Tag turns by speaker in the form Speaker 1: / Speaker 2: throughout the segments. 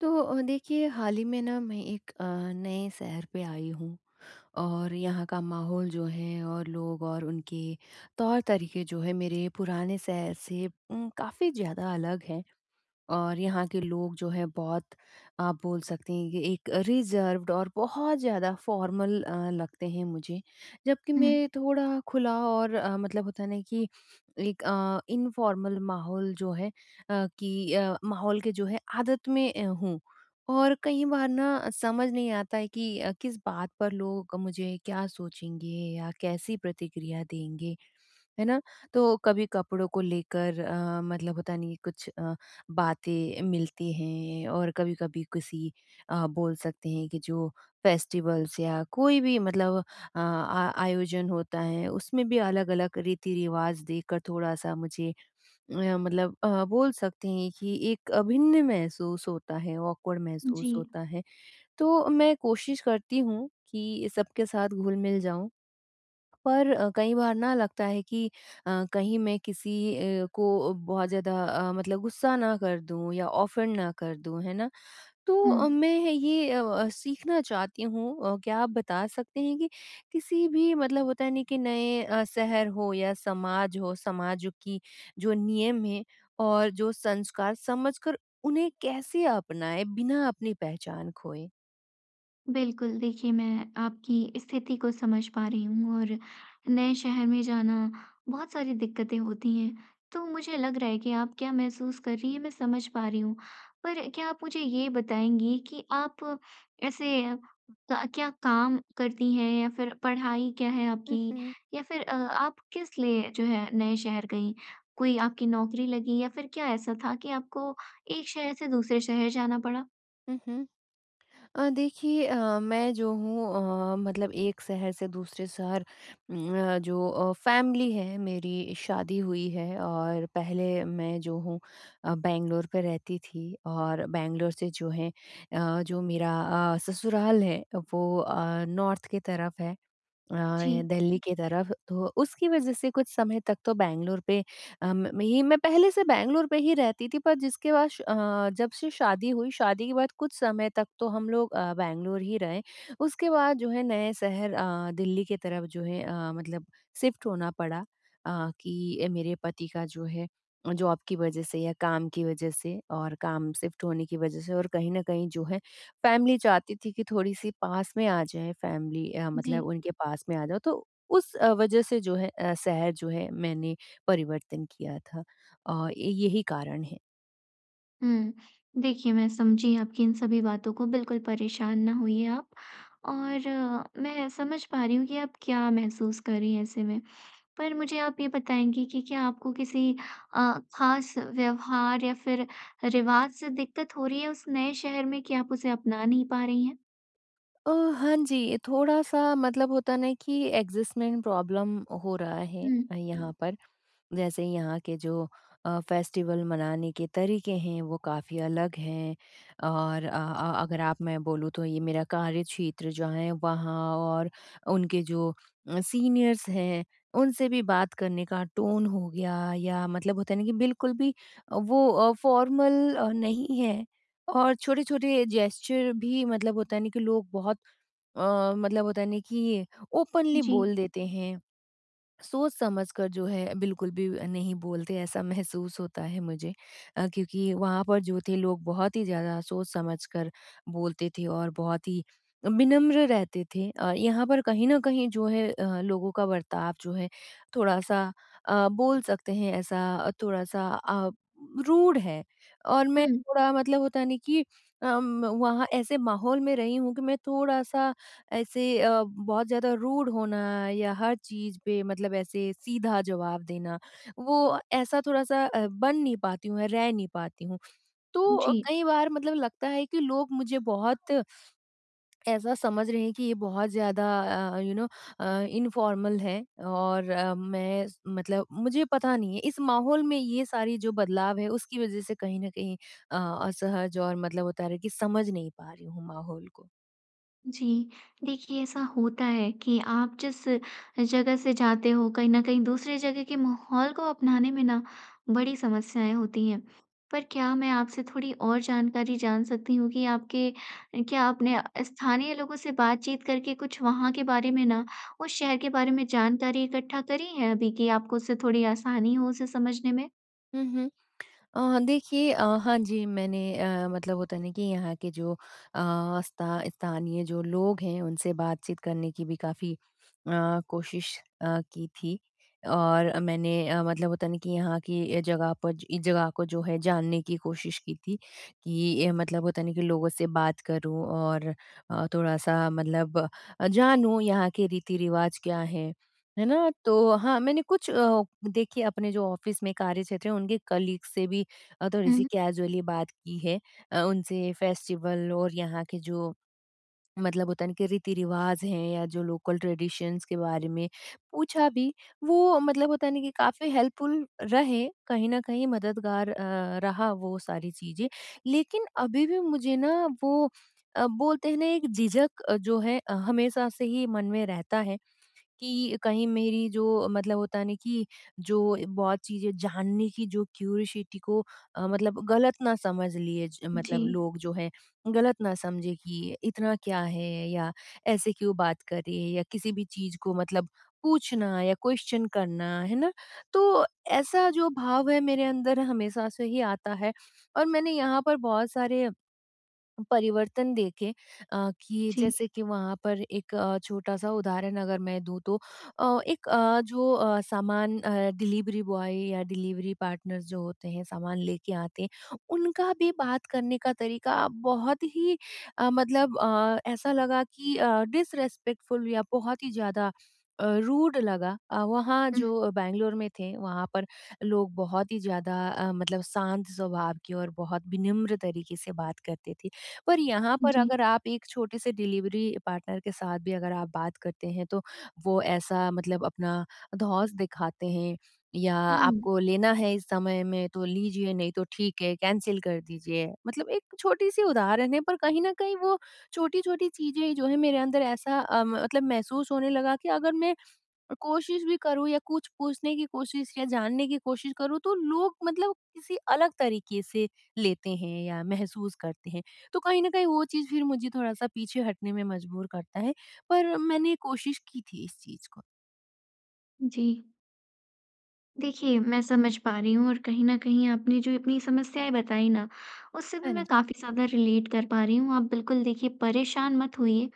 Speaker 1: तो देखिए हाल ही में ना मैं एक नए शहर पे आई हूँ। और यहाँ का माहौल जो है और लोग और उनके तौर तरीके जो है मेरे पुराने शहर से काफ़ी ज़्यादा अलग हैं। और यहाँ के लोग जो है बहुत आप बोल सकते हैं कि एक रिजर्व्ड और बहुत ज़्यादा फॉर्मल लगते हैं मुझे। जबकि
Speaker 2: हुँ।
Speaker 1: मैं थोड़ा खुला और मतलब होता है ना कि एक इनफॉर्मल माहौल जो है कि माहौल के जो है आदत में हूँ। और कई बार ना समझ नहीं आता है कि किस बात पर लोग मुझे क्या सोचेंगे या कैसी प्रतिक्रिया देंगे। है ना? तो कभी कपड़ों को लेकर मतलब होता नहीं कुछ बातें मिलती हैं। और कभी-कभी किसी बोल सकते हैं कि जो फेस्टिवल्स या कोई भी मतलब अ, आ आयोजन होता है, उसमें भी अलग-अलग रीति-रिवाज़ देखकर थोड़ा-सा मुझे मतलब बोल सकते हैं कि एक अभिन्न महसूस होता है, ऑकवर्ड
Speaker 2: जी।
Speaker 1: महसूस होता है। तो मैं कोशिश करती हूँ कि सबके साथ घुल-मिल जाऊँ। पर कई बार ना लगता है कि कहीं मैं किसी को बहुत ज़्यादा मतलब गुस्सा ना कर दूँ या ऑफेंड ना कर दूँ, है ना? तो
Speaker 2: हुँ,
Speaker 1: मैं ये सीखना चाहती हूँ। क्या आप बता सकते हैं कि किसी भी मतलब होता है नहीं कि नए शहर हो या समाज हो, समाज की जो नियम हैं और जो संस्कार समझकर उन्हें कैसे अपनाएँ बिना अपनी पहचान खोए?
Speaker 2: बिल्कुल देखिए मैं आपकी स्थिति को समझ पा रही हूँ और नए शहर में जाना बहुत सारी दिक्कतें होती हैं। तो मुझे लग रहा है कि आप क्या महसूस कर रही हैं मैं समझ पा रही हूँ। पर क्या आप मुझे ये बताएँगी कि आप ऐसे क क्या काम करती हैं या फिर पढ़ाई क्या है
Speaker 1: हुँ,
Speaker 2: आपकी?
Speaker 1: हुँ।
Speaker 2: या फिर आप किस लिए जो है नए शहर गईं? कोई आपकी नौकरी लगी या फिर क्या ऐसा था कि आपको एक शहर से दूसरे शहर जाना पड़ा?
Speaker 1: हुँ, हुँ। देखिए मैं जो हूँ मतलब एक शहर से दूसरे शहर जो फैमिली है, मेरी शादी हुई है और पहले मैं जो हूँ बैंगलोर पे रहती थी और बैंगलोर से जो है जो मेरा ससुराल है वो नॉर्थ की तरफ है। अ,
Speaker 2: जी।
Speaker 1: ये दिल्ली की तरफ, तो उसकी वज़ह से कुछ समय तक तो बैंगलोर पे ही, मैं पहले से बैंगलोर पे ही रहती थी, पर जिसके बाद जब से शादी हुई, शादी के बाद कुछ समय तक तो हम लोग बैंगलोर ही रहे। उसके बाद जो है नए शहर दिल्ली की तरफ जो है मतलब शिफ्ट होना पड़ा। कि मेरे पति का जो है जॉब की वज़ह से या काम की वज़ह से और काम शिफ्ट होने की वज़ह से और कहीं न कहीं जो है फैमिली चाहती थी कि थोड़ी-सी पास में आ जाए, फैमिली मतलब
Speaker 2: जी,
Speaker 1: उनके पास में आ जाओ, तो उस वजह से जो है शहर जो है मैंने परिवर्तन किया था, और य यही कारण है।
Speaker 2: हुँ। देखिए, मैं समझी आपकी इन सभी बातों को, बिल्कुल परेशान ना होइए आप। और मैं समझ पा रही हूँ कि आप क्या महसूस कर रही हैं ऐसे में। पर मुझे आप ये बताएँगी कि क्या आपको किसी ख़ास व्यवहार या फिर रिवाज से दिक्कत हो रही है उस नए शहर में कि आप उसे अपना नहीं पा रही हैं?
Speaker 1: अ, हाँ जी, थोड़ा-सा मतलब होता है ना कि एडजस्टमेंट प्रॉब्लम हो रहा है
Speaker 2: हुँ,
Speaker 1: यहाँ पर। जैसे यहाँ के जो फेस्टिवल मनाने के तरीके हैं वो काफ़ी अलग हैं। और अगर आप, मैं बोलूँ तो ये मेरा कार्य क्षेत्र जो है वहाँ, और उनके जो सीनियर्स हैं उनसे भी बात करने का टोन हो गया या मतलब होता है ना कि बिल्कुल भी वो फॉर्मल नहीं है। और छोटे-छोटे जेस्चर भी मतलब होता है ना कि लोग बहुत मतलब होता है ना कि ओपनली
Speaker 2: जी।
Speaker 1: बोल देते हैं। सोच समझकर जो है बिल्कुल भी नहीं बोलते, ऐसा महसूस होता है मुझे। क्योंकि वहाँ पर जो थे लोग बहुत ही ज़्यादा सोच समझकर बोलते थे और बहुत ही विनम्र रहते थे, और यहाँ पर कहीं न कहीं जो है लोगों का बर्ताव जो है थोड़ा-सा बोल सकते हैं ऐसा थोड़ा-सा रूड है। और मैं
Speaker 2: हुँ,
Speaker 1: थोड़ा मतलब होता है ना कि वहाँ ऐसे माहौल में रही हूँ कि मैं थोड़ा-सा ऐसे बहुत ज़्यादा रूड होना या हर चीज़ पे मतलब ऐसे सीधा जवाब देना, वो ऐसा थोड़ा-सा बन नहीं पाती हूँ, रह नहीं पाती हूँ। तो
Speaker 2: जी।
Speaker 1: कई बार मतलब लगता है कि लोग मुझे बहुत ऐसा समझ रहे हैं कि ये बहुत ज़्यादा uh, you know uh, informal है। और मैं मतलब मुझे पता नहीं है, इस माहौल में ये सारी जो बदलाव है, उसकी वज़ह से कहीं न कहीं अ, असहज और मतलब होता है कि समझ नहीं पा रही हूँ माहौल को।
Speaker 2: जी, देखिए ऐसा होता है कि आप जिस जगह से जाते हो कहीं न कहीं दूसरे जगह के माहौल को अपनाने में ना बड़ी समस्याएँ होती हैं। पर क्या मैं आपसे थोड़ी और जानकारी जान सकती हूँ कि आपके क्या आपने स्थानीय लोगों से बातचीत करके कुछ वहाँ के बारे में ना उस शहर के बारे में जानकारी इकट्ठा करी है अभी कि आपको उससे थोड़ी आसानी हो उसे समझने में?
Speaker 1: हुँ, हुँ। देखिए हाँ जी, मैंने मतलब होता है ना कि यहाँ के जो स्थानीय जो लोग हैं, उनसे बातचीत करने की भी काफ़ी अ, कोशिश की थी। और मैंने मतलब होता है ना कि यहाँ की ये जगह पर, इस जगह को जो है जानने की कोशिश की थी कि मतलब होता है ना कि लोगों से बात करूँ और थोड़ा-सा मतलब जानूँ यहाँ के रीति-रिवाज़ क्या हैं, है ना? तो हाँ, मैंने कुछ देखिए अपने जो ऑफ़िस में कार्यक्षेत्र है, उनके कलीग से भी थोड़ी-सी
Speaker 2: हुँ।
Speaker 1: कैजुअली बात की है। उनसे फेस्टिवल और यहाँ के जो मतलब होता है ना कि रीति-रिवाज़ हैं या जो लोकल ट्रेडिशंस के बारे में पूछा भी, वो मतलब होता है ना कि काफ़ी हेल्पफुल रहे, कहीं न कहीं मददगार रहा वो सारी चीज़ें। लेकिन अभी भी मुझे ना वो बोलते हैं ना, एक झिझक जो है हमेशा से ही मन में रहता है। कि कहीं मेरी जो मतलब होता है ना कि जो बहुत चीज़ें जानने की जो क्यूरियोसिटी को मतलब गलत ना समझ लिए
Speaker 2: जी,
Speaker 1: मतलब लोग जो है गलत ना समझे कि इतना क्या है, या ऐसे क्यों बात कर रही है, या किसी भी चीज़ को मतलब पूछना या क्वेश्चन करना, है ना? तो ऐसा जो भाव है मेरे अंदर हमेशा से ही आता है। और मैंने यहाँ पर बहुत सारे परिवर्तन देखें। कि
Speaker 2: जी।
Speaker 1: जैसे कि वहाँ पर एक छोटा-सा उदाहरण अगर मैं दूँ तो एक जो सामान डिलीवरी बॉय या डिलीवरी पार्टनर जो होते हैं, सामान लेके आते हैं, उनका भी बात करने का तरीका बहुत ही मतलब ऐसा लगा कि डिसरेस्पेक्टफुल या बहुत ही ज़्यादा रूड लगा। वहाँ
Speaker 2: हुँ,
Speaker 1: जो बैंगलोर में थे, वहाँ पर लोग बहुत ही ज़्यादा मतलब शांत स्वभाव के और बहुत विनम्र तरीके से बात करते थे। पर यहाँ पर
Speaker 2: जी।
Speaker 1: अगर आप एक छोटे से डिलीवरी पार्टनर के साथ भी अगर आप बात करते हैं, तो वो ऐसा मतलब अपना धौंस दिखाते हैं, या
Speaker 2: हुँ,
Speaker 1: आपको लेना है इस समय में तो लीजिए, नहीं तो ठीक है कैंसिल कर दीजिए, मतलब एक छोटी सी उदाहरण है। पर कहीं ना कहीं वो छोटी छोटी चीजें जो है मेरे अंदर ऐसा मतलब महसूस होने लगा कि अगर मैं और कोशिश भी करूँ या कुछ पूछने की कोशिश या जानने की कोशिश करूँ, तो लोग मतलब किसी अलग तरीके से लेते हैं या महसूस करते हैं। तो कहीं न कहीं वो चीज़ फिर मुझे थोड़ा-सा पीछे हटने में मजबूर करता है, पर मैंने कोशिश की थी इस चीज़ को।
Speaker 2: जी। देखिए, मैं समझ पा रही हूँ और कहीं न कहीं आपने जो अपनी समस्याएँ बताई ना, उससे भी
Speaker 1: हाँ
Speaker 2: मैं
Speaker 1: जी।
Speaker 2: काफ़ी ज़्यादा रिलेट कर पा रही हूँ। आप बिल्कुल देखिए परेशान मत होइए।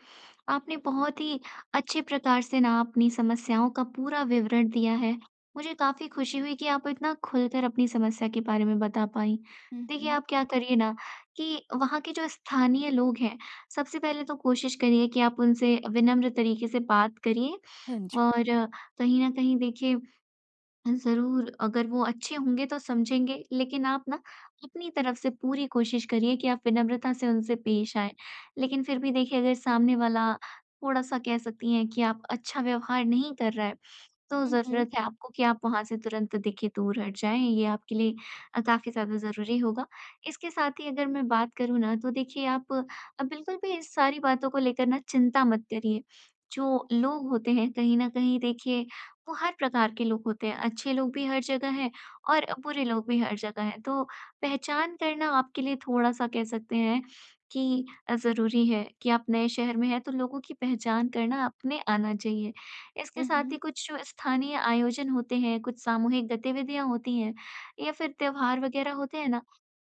Speaker 2: आपने बहुत ही अच्छे प्रकार से ना अपनी समस्याओं का पूरा विवरण दिया है। मुझे काफ़ी खुशी हुई कि आप इतना खुलकर अपनी समस्या के बारे में बता पाईं।
Speaker 1: हुँ,
Speaker 2: देखिए,
Speaker 1: हुँ।
Speaker 2: आप क्या करिए ना कि वहाँ के जो स्थानीय लोग हैं, सबसे पहले तो कोशिश करिए कि आप उनसे विनम्र तरीके से बात करिए
Speaker 1: हाँ जी।
Speaker 2: और कहीं न कहीं देखिए ज़रूर, अगर वो अच्छे होंगे तो समझेंगे, लेकिन आप ना अपनी तरफ से पूरी कोशिश करिए कि आप विनम्रता से उनसे पेश आएँ। लेकिन फिर भी देखिए अगर सामने वाला थोड़ा-सा कह सकती हैं कि आप अच्छा व्यवहार नहीं कर रहा है, तो
Speaker 1: हुँ, हुँ।
Speaker 2: ज़रूरत है आपको कि आप वहाँ से तुरंत देखिए दूर हट जाएँ, ये आपके लिए काफ़ी ज़्यादा ज़रूरी होगा। इसके साथ ही अगर मैं बात करूँ ना तो देखिए आप बिल्कुल भी इस सारी बातों को लेकर ना चिंता मत करिए। जो लोग होते हैं कहीं न कहीं देखिए वो हर प्रकार के लोग होते हैं, अच्छे लोग भी हर जगह हैं और बुरे लोग भी हर जगह हैं। तो पहचान करना आपके लिए थोड़ा-सा कह सकते हैं कि ज़रूरी है कि आप नए शहर में हैं, तो लोगों की पहचान करना अपने आना चाहिए। इसके
Speaker 1: हुँ,
Speaker 2: साथ ही
Speaker 1: हुँ।
Speaker 2: कुछ जो स्थानीय आयोजन होते हैं, कुछ सामूहिक गतिविधियाँ होती हैं या फिर त्योहार वगैरह होते हैं ना,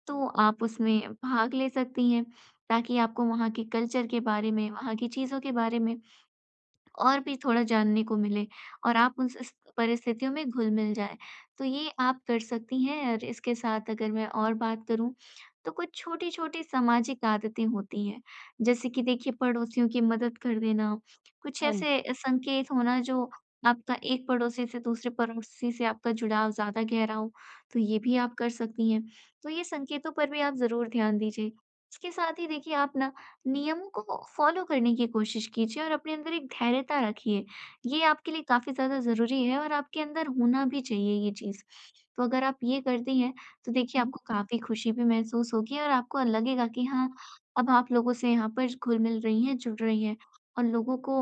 Speaker 2: तो आप उसमें भाग ले सकती हैं, ताकि आपको वहाँ के कल्चर के बारे में, वहाँ की चीज़ों के बारे में और भी थोड़ा जानने को मिले और आप उन स परिस्थितियों में घुल-मिल जाएँ। तो ये आप कर सकती हैं और इसके साथ अगर मैं और बात करूँ, तो कुछ छोटी-छोटी सामाजिक आदतें होती हैं। जैसे कि देखिए पड़ोसियों की मदद कर देना, कुछ
Speaker 1: हाँ जी।
Speaker 2: ऐसे संकेत होना जो आपका एक पड़ोसी से दूसरे पड़ोसी से आपका जुड़ाव ज़्यादा गहरा हो, तो ये भी आप कर सकती हैं। तो ये संकेतों पर भी आप ज़रूर ध्यान दीजिए। इसके साथ ही देखिए आप ना नियमों को फॉलो करने की कोशिश कीजिए और अपने अंदर एक धैर्यता रखिए। ये आपके लिए काफ़ी ज़्यादा ज़रूरी है और आपके अंदर होना भी चाहिए ये चीज़। तो अगर आप ये करती हैं, तो
Speaker 1: हुँ,
Speaker 2: देखिए
Speaker 1: हुँ।
Speaker 2: आपको काफ़ी खुशी भी महसूस होगी और आपको लगेगा कि हाँ, अब आप लोगों से यहाँ पर घुल-मिल रही हैं, जुड़ रही हैं और लोगों को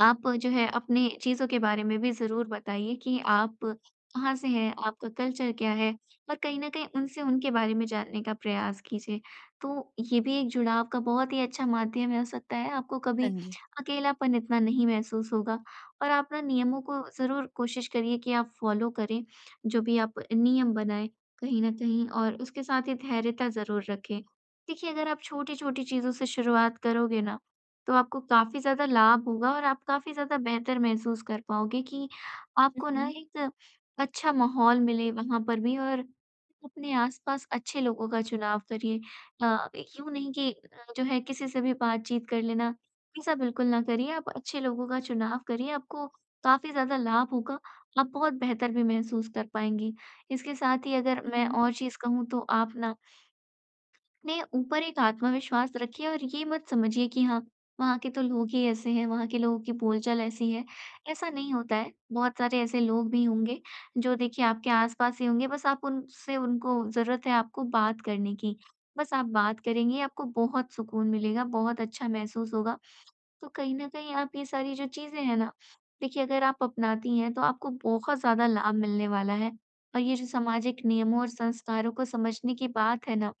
Speaker 2: आप जो है अपनी चीज़ों के बारे में भी ज़रूर बताइए कि आप कहाँ से हैं, आपका कल्चर क्या है और कहीं न कहीं उनसे उनके बारे में जानने का प्रयास कीजिए। तो ये भी एक जुड़ाव का बहुत ही अच्छा माध्यम हो सकता है, आपको कभी
Speaker 1: हाँ जी।
Speaker 2: अकेलापन इतना नहीं महसूस होगा और आप ना नियमों को ज़रूर कोशिश करिए कि आप फ़ॉलो करें, जो भी आप नियम बनाएँ कहीं न कहीं और उसके साथ ही धैर्यता ज़रूर रखें। देखिए, अगर आप छोटी-छोटी चीज़ों से शुरुआत करोगे ना तो आपको काफ़ी ज़्यादा लाभ होगा और आप काफ़ी ज़्यादा बेहतर महसूस कर पाओगे कि
Speaker 1: हुँ,
Speaker 2: आपको ना
Speaker 1: हुँ।
Speaker 2: एक अच्छा माहौल मिले वहाँ पर भी और अपने आसपास अच्छे लोगों का चुनाव करिए। अ, यूँ नहीं कि जो है किसी से भी बातचीत कर लेना, ऐसा बिल्कुल ना करिए। आप अच्छे लोगों का चुनाव करिए, आपको काफ़ी ज़्यादा लाभ होगा, आप बहुत बेहतर भी महसूस कर पाएँगी। इसके साथ ही अगर
Speaker 1: हुँ,
Speaker 2: मैं
Speaker 1: हुँ।
Speaker 2: और चीज़ कहूँ तो आप ना अपने ऊपर एक आत्मविश्वास रखिए और ये मत समझिए कि हाँ, वहाँ के तो लोग ही ऐसे हैं, वहाँ के लोगों की बोलचाल ऐसी है। ऐसा नहीं होता है, बहुत सारे ऐसे लोग भी होंगे जो देखिए आपके आस-पास ही होंगे, बस आप उनसे उनको ज़रूरत है आपको बात करने की। बस आप बात करेंगे, आपको बहुत सुकून मिलेगा, बहुत अच्छा महसूस होगा। तो कहीं न कहीं आप ये सारी जो चीज़ें हैं ना, देखिए अगर आप अपनाती हैं, तो आपको बहुत ज़्यादा लाभ मिलने वाला है। और ये जो सामाजिक नियमों और संस्कारों को समझने की बात है ना,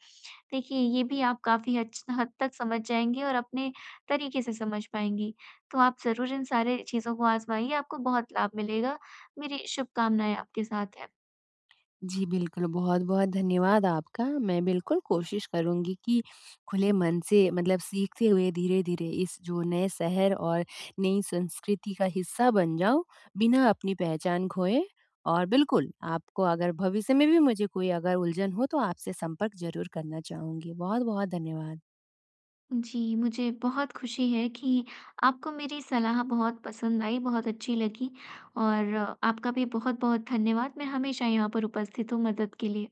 Speaker 2: देखिए, ये भी आप काफ़ी हच हद तक समझ जाएँगी और अपने तरीके से समझ पाएँगी। तो आप ज़रूर इन सारे चीज़ों को आज़माइए, आपको बहुत लाभ मिलेगा। मेरी शुभकामनाएँ आपके साथ हैं।
Speaker 1: जी, बिल्कुल, बहुत-बहुत धन्यवाद आपका। मैं बिल्कुल कोशिश करूँगी कि खुले मन से मतलब सीखते हुए, धीरे-धीरे इस जो नए शहर और नई संस्कृति का हिस्सा बन जाऊँ, बिना अपनी पहचान खोए। और बिल्कुल, आपको अगर भविष्य में भी मुझे कोई अगर उलझन हो तो आपसे संपर्क ज़रूर करना चाहूँगी। बहुत-बहुत धन्यवाद।
Speaker 2: जी, मुझे बहुत खुशी है कि आपको मेरी सलाह बहुत पसंद आई, बहुत अच्छी लगी और आपका भी बहुत-बहुत धन्यवाद। मैं हमेशा यहाँ पर उपस्थित हूँ मदद के लिए।